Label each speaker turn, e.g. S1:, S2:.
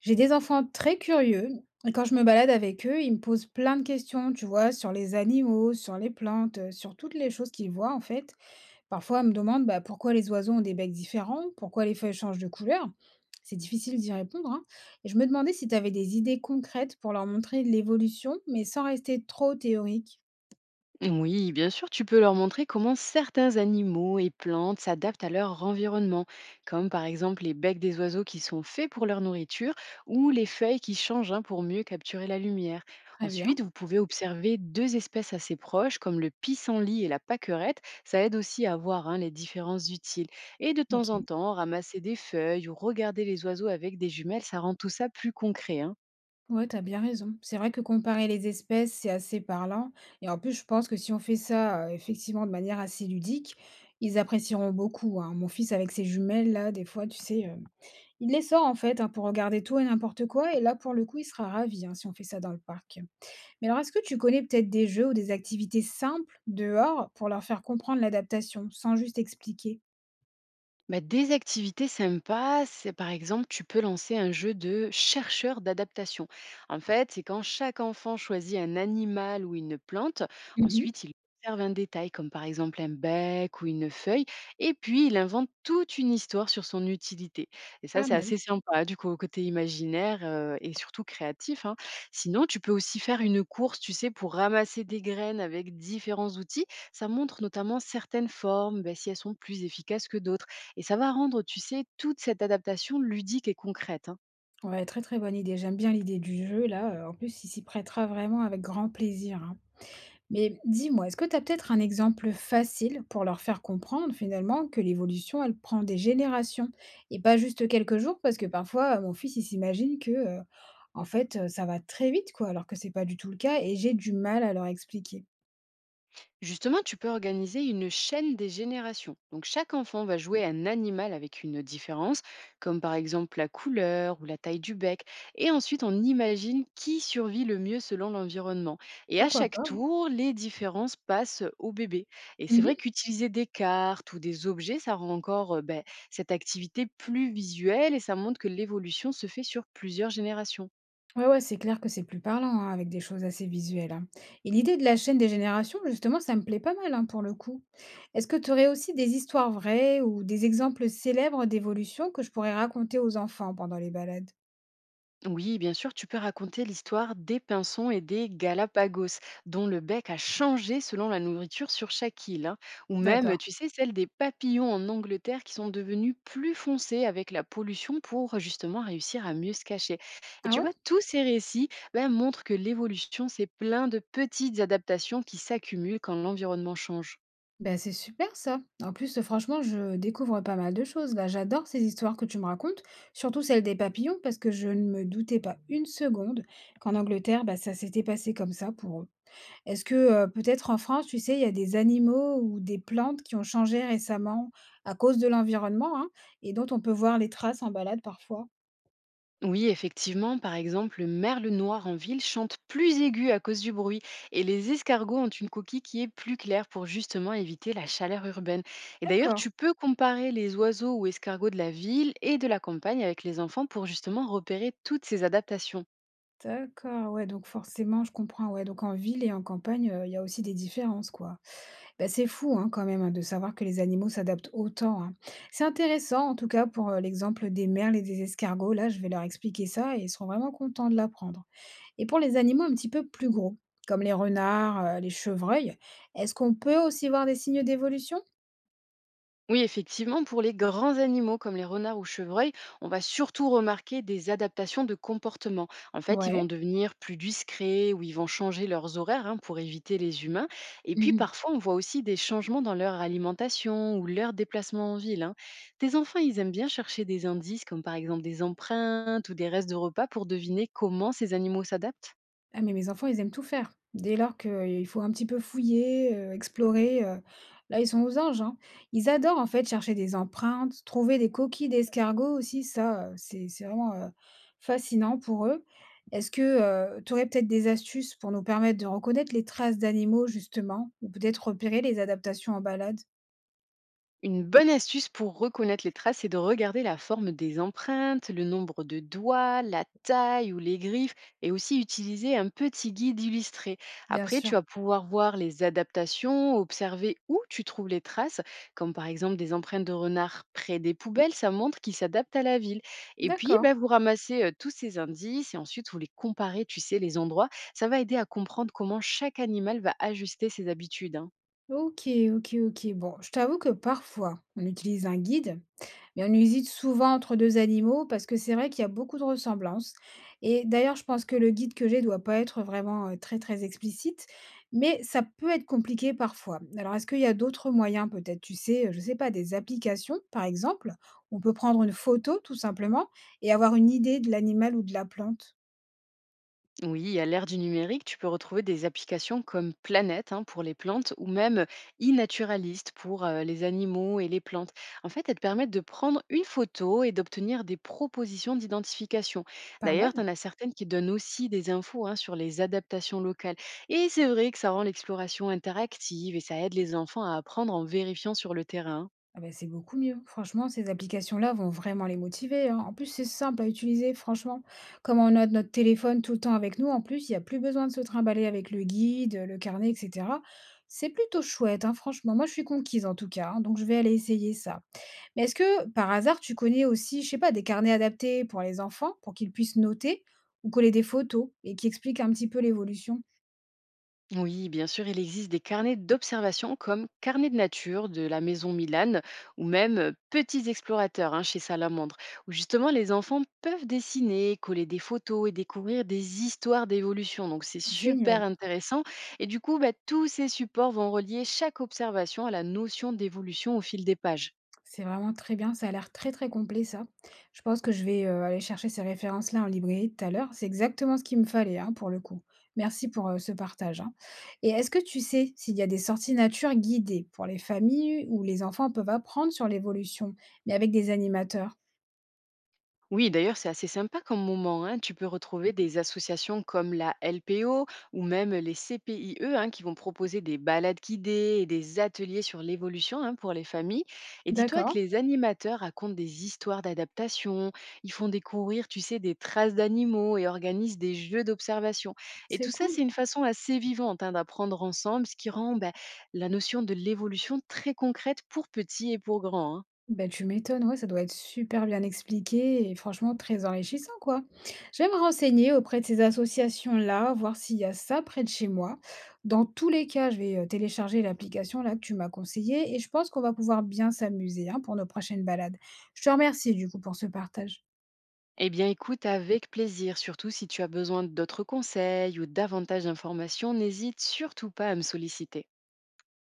S1: J'ai des enfants très curieux et quand je me balade avec eux, ils me posent plein de questions, tu vois, sur les animaux, sur les plantes, sur toutes les choses qu'ils voient en fait. Parfois, ils me demandent bah, pourquoi les oiseaux ont des becs différents, pourquoi les feuilles changent de couleur. C'est difficile d'y répondre, hein. Et je me demandais si tu avais des idées concrètes pour leur montrer l'évolution, mais sans rester trop théorique.
S2: Oui, bien sûr, tu peux leur montrer comment certains animaux et plantes s'adaptent à leur environnement, comme par exemple les becs des oiseaux qui sont faits pour leur nourriture ou les feuilles qui changent, hein, pour mieux capturer la lumière.
S1: Très bien.
S2: Ensuite, vous pouvez observer deux espèces assez proches, comme le pissenlit et la paquerette. Ça aide aussi à voir, hein, les différences utiles. Et de
S1: Ok.
S2: temps en temps, ramasser des feuilles ou regarder les oiseaux avec des jumelles, ça rend tout ça plus concret, hein.
S1: Ouais, t'as bien raison. C'est vrai que comparer les espèces, c'est assez parlant. Et en plus, je pense que si on fait ça, effectivement, de manière assez ludique, ils apprécieront beaucoup, hein. Mon fils avec ses jumelles, là, des fois, tu sais, il les sort en fait hein, pour regarder tout et n'importe quoi. Et là, pour le coup, il sera ravi hein, si on fait ça dans le parc. Mais alors, est-ce que tu connais peut-être des jeux ou des activités simples dehors pour leur faire comprendre l'adaptation, sans juste expliquer?
S2: Bah, des activités sympas, c'est par exemple, tu peux lancer un jeu de chercheur d'adaptation. En fait, c'est quand chaque enfant choisit un animal ou une plante,
S1: Mhm.
S2: ensuite il observe un détail, comme par exemple un bec ou une feuille, et puis il invente toute une histoire sur son utilité. Et ça,
S1: Pas
S2: c'est
S1: mal.
S2: assez sympa, du coup, au côté imaginaire et surtout créatif, hein. Sinon, tu peux aussi faire une course, tu sais, pour ramasser des graines avec différents outils. Ça montre notamment certaines formes, bah, si elles sont plus efficaces que d'autres. Et ça va rendre, tu sais, toute cette adaptation ludique et concrète, hein.
S1: Ouais, très très bonne idée. J'aime bien l'idée du jeu, là. En plus, il s'y prêtera vraiment avec grand plaisir, hein. Mais dis-moi, est-ce que tu as peut-être un exemple facile pour leur faire comprendre finalement que l'évolution, elle prend des générations et pas juste quelques jours? Parce que parfois, mon fils, il s'imagine que, en fait, ça va très vite quoi, alors que c'est pas du tout le cas et j'ai du mal à leur expliquer.
S2: Justement, tu peux organiser une chaîne des générations. Donc chaque enfant va jouer un animal avec une différence, comme par exemple la couleur ou la taille du bec. Et ensuite, on imagine qui survit le mieux selon l'environnement. Et à
S1: Pourquoi
S2: chaque
S1: pas, ouais.
S2: tour, les différences passent au bébé. Et c'est vrai
S1: Mmh.
S2: qu'utiliser des cartes ou des objets, ça rend encore ben, cette activité plus visuelle et ça montre que l'évolution se fait sur plusieurs générations.
S1: Ouais, ouais, c'est clair que c'est plus parlant, hein, avec des choses assez visuelles, hein. Et l'idée de la chaîne des générations, justement, ça me plaît pas mal, hein, pour le coup. Est-ce que tu aurais aussi des histoires vraies ou des exemples célèbres d'évolution que je pourrais raconter aux enfants pendant les balades?
S2: Oui, bien sûr, tu peux raconter l'histoire des pinsons et des Galapagos, dont le bec a changé selon la nourriture sur chaque île, hein. Ou même,
S1: D'accord.
S2: tu sais, celle des papillons en Angleterre qui sont devenus plus foncés avec la pollution pour justement réussir à mieux se cacher. Et
S1: Ah
S2: tu
S1: ouais?
S2: vois, tous ces récits, ben, montrent que l'évolution, c'est plein de petites adaptations qui s'accumulent quand l'environnement change.
S1: Ben c'est super ça. En plus, franchement, je découvre pas mal de choses là. J'adore ces histoires que tu me racontes, surtout celle des papillons, parce que je ne me doutais pas une seconde qu'en Angleterre, bah, ça s'était passé comme ça pour eux. Est-ce que peut-être en France, tu sais, il y a des animaux ou des plantes qui ont changé récemment à cause de l'environnement, hein, et dont on peut voir les traces en balade parfois?
S2: Oui, effectivement, par exemple, le merle noir en ville chante plus aigu à cause du bruit et les escargots ont une coquille qui est plus claire pour justement éviter la chaleur urbaine. Et d'ailleurs,
S1: D'accord.
S2: tu peux comparer les oiseaux ou escargots de la ville et de la campagne avec les enfants pour justement repérer toutes ces adaptations.
S1: D'accord, ouais, donc forcément, je comprends, ouais. Donc en ville et en campagne, il y a aussi des différences, quoi. Bah, c'est fou hein, quand même hein, de savoir que les animaux s'adaptent autant, hein. C'est intéressant en tout cas pour l'exemple des merles et des escargots. Là, je vais leur expliquer ça et ils seront vraiment contents de l'apprendre. Et pour les animaux un petit peu plus gros, comme les renards, les chevreuils, est-ce qu'on peut aussi voir des signes d'évolution?
S2: Oui, effectivement, pour les grands animaux comme les renards ou chevreuils, on va surtout remarquer des adaptations de comportement. En fait, ils vont
S1: Ouais.
S2: devenir plus discrets ou ils vont changer leurs horaires, hein, pour éviter les humains. Et puis parfois, on voit aussi des changements dans leur alimentation ou leur déplacement en ville, hein. Tes enfants, ils aiment bien chercher des indices comme par exemple des empreintes ou des restes de repas pour deviner comment ces animaux s'adaptent.
S1: Ah mais mes enfants, ils aiment tout faire. Dès lors qu'il faut un petit peu fouiller, explorer, là, ils sont aux anges, hein. Ils adorent, en fait, chercher des empreintes, trouver des coquilles d'escargots aussi, ça, c'est vraiment, fascinant pour eux. Est-ce que, tu aurais peut-être des astuces pour nous permettre de reconnaître les traces d'animaux, justement, ou peut-être repérer les adaptations en balade?
S2: Une bonne astuce pour reconnaître les traces, c'est de regarder la forme des empreintes, le nombre de doigts, la taille ou les griffes, et aussi utiliser un petit guide illustré.
S1: Bien
S2: Après,
S1: sûr.
S2: tu vas pouvoir voir les adaptations, observer où tu trouves les traces, comme par exemple des empreintes de renard près des poubelles, ça montre qu'ils s'adaptent à la ville. Et puis,
S1: D'accord.
S2: ben, vous ramassez tous ces indices et ensuite vous les comparez, tu sais, les endroits. Ça va aider à comprendre comment chaque animal va ajuster ses habitudes, hein.
S1: OK, OK, OK. Bon, je t'avoue que parfois, on utilise un guide. Mais on hésite souvent entre 2 animaux parce que c'est vrai qu'il y a beaucoup de ressemblances et d'ailleurs, je pense que le guide que j'ai doit pas être vraiment, très, très explicite, mais ça peut être compliqué parfois. Alors est-ce qu'il y a d'autres moyens peut-être, tu sais, je sais pas, des applications par exemple? On peut prendre une photo tout simplement et avoir une idée de l'animal ou de la plante?
S2: Oui, à l'ère du numérique, tu peux retrouver des applications comme Planète, hein, pour les plantes ou même iNaturalist pour les animaux et les plantes. En fait, elles te permettent de prendre une photo et d'obtenir des propositions d'identification.
S1: Pas mal.
S2: D'ailleurs, tu en as certaines qui donnent aussi des infos, hein, sur les adaptations locales. Et c'est vrai que ça rend l'exploration interactive et ça aide les enfants à apprendre en vérifiant sur le terrain.
S1: Ah bah, c'est beaucoup mieux. Franchement, ces applications-là vont vraiment les motiver, hein. En plus, c'est simple à utiliser, franchement. Comme on a notre téléphone tout le temps avec nous, en plus, il n'y a plus besoin de se trimballer avec le guide, le carnet, etc. C'est plutôt chouette, hein, franchement. Moi, je suis conquise en tout cas, hein, donc je vais aller essayer ça. Mais est-ce que, par hasard, tu connais aussi, je sais pas, des carnets adaptés pour les enfants, pour qu'ils puissent noter ou coller des photos et qui expliquent un petit peu l'évolution?
S2: Oui, bien sûr, il existe des carnets d'observation comme Carnet de nature de la maison Milan ou même Petits explorateurs, hein, chez Salamandre, où justement les enfants peuvent dessiner, coller des photos et découvrir des histoires d'évolution. Donc c'est super
S1: Génial.
S2: intéressant. Et du coup, bah, tous ces supports vont relier chaque observation à la notion d'évolution au fil des pages.
S1: C'est vraiment très bien, ça a l'air très, très complet ça. Je pense que je vais, aller chercher ces références-là en librairie tout à l'heure. C'est exactement ce qu'il me fallait, hein, pour le coup. Merci pour, ce partage, hein. Et est-ce que tu sais s'il y a des sorties nature guidées pour les familles où les enfants peuvent apprendre sur l'évolution, mais avec des animateurs?
S2: Oui, d'ailleurs, c'est assez sympa comme moment, hein. Tu peux retrouver des associations comme la LPO ou même les CPIE, hein, qui vont proposer des balades guidées et des ateliers sur l'évolution, hein, pour les familles. Et dis-toi que
S1: D'accord,
S2: les animateurs racontent des histoires d'adaptation, ils font découvrir, tu sais, des traces d'animaux et organisent des jeux d'observation. Et
S1: c'est
S2: tout ça,
S1: cool.
S2: c'est une façon assez vivante, hein, d'apprendre ensemble, ce qui rend, ben, la notion de l'évolution très concrète pour petits et pour grands, hein.
S1: Ben tu m'étonnes, ouais, ça doit être super bien expliqué et franchement très enrichissant, quoi. Je vais me renseigner auprès de ces associations-là, voir s'il y a ça près de chez moi. Dans tous les cas, je vais télécharger l'application là que tu m'as conseillée et je pense qu'on va pouvoir bien s'amuser hein, pour nos prochaines balades. Je te remercie du coup pour ce partage.
S2: Eh bien, écoute avec plaisir, surtout si tu as besoin d'autres conseils ou davantage d'informations, n'hésite surtout pas à me solliciter.